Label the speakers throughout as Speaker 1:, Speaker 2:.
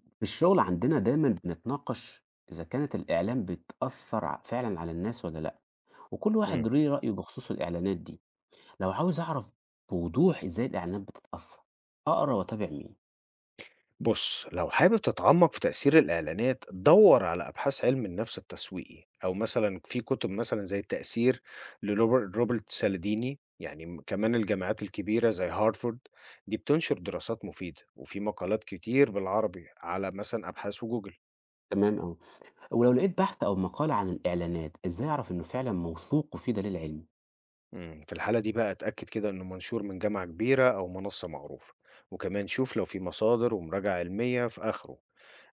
Speaker 1: في الشغل عندنا دايما بنتناقش إذا كانت الإعلام بتأثر فعلا على الناس ولا لأ، وكل
Speaker 2: إمم.
Speaker 1: واحد ليه رأيه بخصوص الإعلانات دي. لو عاوز أعرف بوضوح إزاي الإعلانات بتتأثر أقرأ وأتابع مين؟
Speaker 2: بُص، لو حابب تتعمّق في تأثير الإعلانات، دَوّر على أبحاث علم النفس التسويقي، أو مثلًا في كُتب مثلًا زي التأثير روبرت سالديني، يعني كمان الجامعات الكبيرة زي هارفارد، دي بتنشر دراسات مفيدة، وفي مقالات كتير بالعربي على مثلًا أبحاث وجوجل.
Speaker 1: تمام أوي. ولو لقيت بحث أو مقالة عن الإعلانات إزاي أعرف إنه فعلا موثوق وفيه دليل علمي؟
Speaker 2: في الحالة دي بقى اتأكد كده إنه منشور من جامعة كبيرة أو منصة معروفة، وكمان شوف لو في مصادر ومراجع علمية في آخره.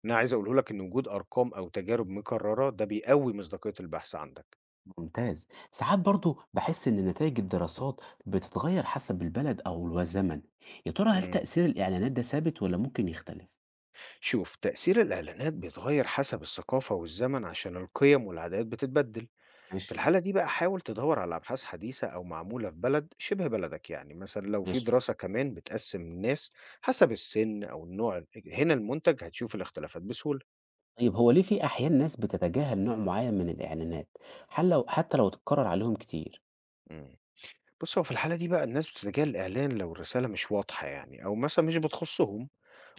Speaker 2: أنا عايز أقوله لك إن وجود أرقام أو تجارب مكررة ده بيقوي مصداقية البحث عندك.
Speaker 1: ممتاز. ساعات برضو بحس إن نتائج الدراسات بتتغير حسب البلد أو الزمن، يا ترى هل
Speaker 2: امم
Speaker 1: تأثير الإعلانات ده ثابت ولا ممكن يختلف؟
Speaker 2: شوف تأثير الإعلانات بيتغير حسب الثقافة والزمن عشان القيم والعادات بتتبدل. في
Speaker 1: ماشي.
Speaker 2: الحالة دي بقى حاول تدور على أبحاث حديثة أو معمولة في بلد شبه بلدك يعني مثلا لو في
Speaker 1: ماشي.
Speaker 2: دراسة كمان بتقسم الناس حسب السن أو النوع هنا المنتج هتشوف الاختلافات بسهولة.
Speaker 1: طيب هو ليه في أحيان ناس بتتجاهل نوع معين من الإعلانات حل لو حتى لو اتكرر عليهم كتير؟
Speaker 2: امم بص هو في الحالة دي بقى الناس بتتجاهل الإعلان لو الرسالة مش واضحة يعني أو مثلا مش بتخصهم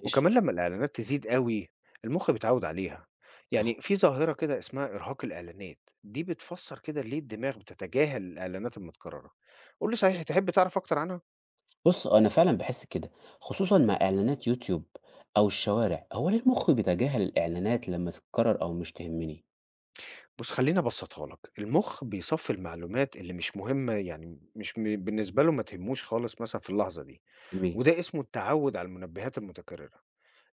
Speaker 1: ماشي.
Speaker 2: وكمان لمّا الإعلانات تزيد أوي، المُخ بيتعوّد عليها. يعني
Speaker 1: صح.
Speaker 2: في ظاهرة كده اسمها إرهاق الإعلانات، دي بتفسّر كده ليه الدماغ بتتجاهل الإعلانات المتكررة. قُل لي صحيح تحب تعرف أكتر عنها؟
Speaker 1: بص أنا فعلا بحس كده، خصوصا مع إعلانات يوتيوب أو الشوارع. هو ليه المخ بيتجاهل الإعلانات لما تتكرر أو مش تهمني؟
Speaker 2: بُص خلّيني أبسّطها لك، المُخ بيصفّي المعلومات اللي مش مهمة يعني مش بالنسبة له ما تهمّوش خالص مثلًا في اللحظة دي،
Speaker 1: جميل.
Speaker 2: وده اسمه التعوّد على المنبهات المتكررة.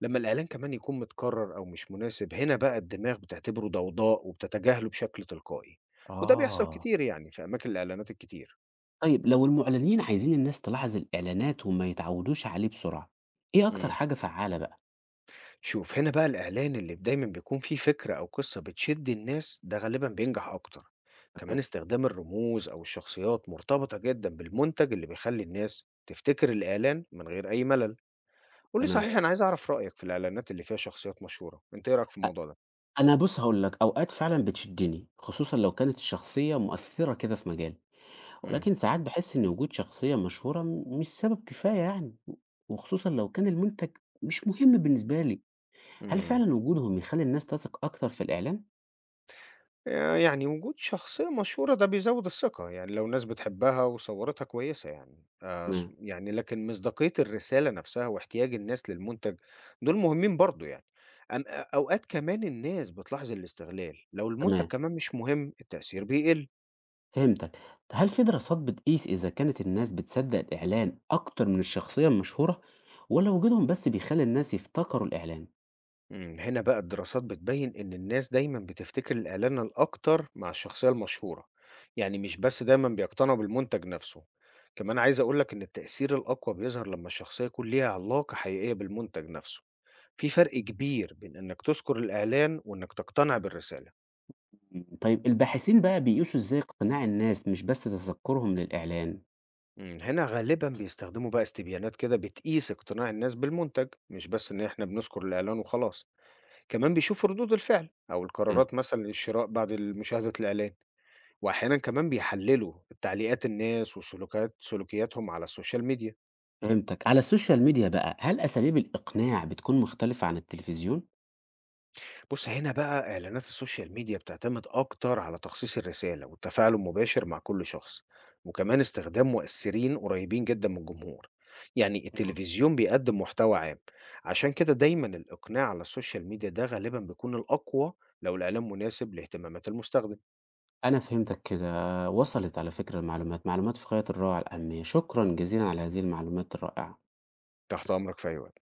Speaker 2: لمّا الإعلان كمان يكون متكرر أو مش مناسب، هنا بقى الدماغ بتعتبره ضوضاء وبتتجاهله بشكل تلقائي، وده بيحصل
Speaker 1: آه.
Speaker 2: كتير يعني في أماكن الإعلانات الكتير.
Speaker 1: طيب لو المعلنين عايزين الناس تلاحظ الإعلانات وما يتعودوش عليه بسرعة، إيه أكتر
Speaker 2: إمم.
Speaker 1: حاجة فعالة بقى؟
Speaker 2: شوف هنا بقى الإعلان اللي دايمًا بيكون فيه فكرة أو قصة بتشد الناس ده غالبًا بينجح أكتر، كمان
Speaker 1: تمام.
Speaker 2: استخدام الرموز أو الشخصيات مرتبطة جدًا بالمنتج اللي بيخلّي الناس تفتكر الإعلان من غير أي ملل، قُل لي
Speaker 1: تمام.
Speaker 2: صحيح أنا عايز أعرف رأيك في الإعلانات اللي فيها شخصيات مشهورة، أنت إيه رأيك في الموضوع ده؟
Speaker 1: أنا بص هقول لك، أوقات فعلا بتشدني خصوصا لو كانت الشخصية مؤثرة كده في مجال،
Speaker 2: إمم،
Speaker 1: ولكن ساعات باحس إن وجود شخصية مشهورة مش سبب كفاية يعني، وخصوصًا لو كان المنتج مش مهم بالنسبة لي، هل
Speaker 2: إمم.
Speaker 1: فعلًا وجودهم يخلّي الناس تثق أكتر في الإعلان؟
Speaker 2: يعني وجود شخصية مشهورة ده بيزوّد الثقة، يعني لو الناس بتحبها وصورتها كويسة يعني ص
Speaker 1: تمام،
Speaker 2: يعني لكن مصداقية الرسالة نفسها واحتياج الناس للمنتج دول مهمين برضه يعني. أم آه، أوقات كمان الناس بتلاحظ الاستغلال، لو المنتج
Speaker 1: تمام،
Speaker 2: كمان مش مهم التأثير بيقل.
Speaker 1: فهمتك. هل في دراسات بتقيس إذا كانت الناس بتصدق الإعلان أكتر من الشخصية المشهورة، والّا وجودهم بس بيخلّي الناس يفتكروا الإعلان؟
Speaker 2: هنا بقى الدراسات بتبيّن إن الناس دايمًا بتفتكر الإعلان الأكتر مع الشخصية المشهورة، يعني مش بس دايمًا بيقتنعوا بالمنتج نفسه، كمان عايز أقول لك إن التأثير الأقوى بيظهر لمّا الشخصية يكون ليها علاقة حقيقية بالمنتج نفسه، في فرق كبير بين إنك تذكر الإعلان وإنك تقتنع بالرسالة.
Speaker 1: إمم، طيب الباحثين بقى بيقيسوا إزاي اقتناع الناس مش بس تذكرهم للإعلان؟
Speaker 2: هنا غالبًا بيستخدموا بقى استبيانات كده بتقيس اقتناع الناس بالمنتج، مش بس إن إحنا بنذكر الإعلان وخلاص، كمان بيشوفوا ردود الفعل أو
Speaker 1: تمام،
Speaker 2: القرارات مثلًا للشراء بعد مشاهدة الإعلان. وأحيانا كمان بيحللوا تعليقات الناس وسلوكات سلوكياتهم على السوشيال ميديا.
Speaker 1: فهمتك. على السوشيال ميديا بقى، هل أساليب الإقناع بتكون مختلفة عن التلفزيون؟
Speaker 2: بص هنا بقى إعلانات السوشيال ميديا بتعتمد أكتر على تخصيص الرسالة والتفاعل المباشر مع كل شخص وكمان استخدام مؤثرين قريبين جدا من الجمهور، يعني التلفزيون بيقدم محتوى عام عشان كده دايما الإقناع على السوشيال ميديا ده غالبا بيكون الأقوى لو الإعلان مناسب لاهتمامات المستخدم.
Speaker 1: أنا فهمتك كده، وصلت على فكرة المعلومات، معلومات في غاية الروعة الأهمية، شكرًا جزيلًا على هذه المعلومات الرائعة.
Speaker 2: تحت أمرك في أي وقت.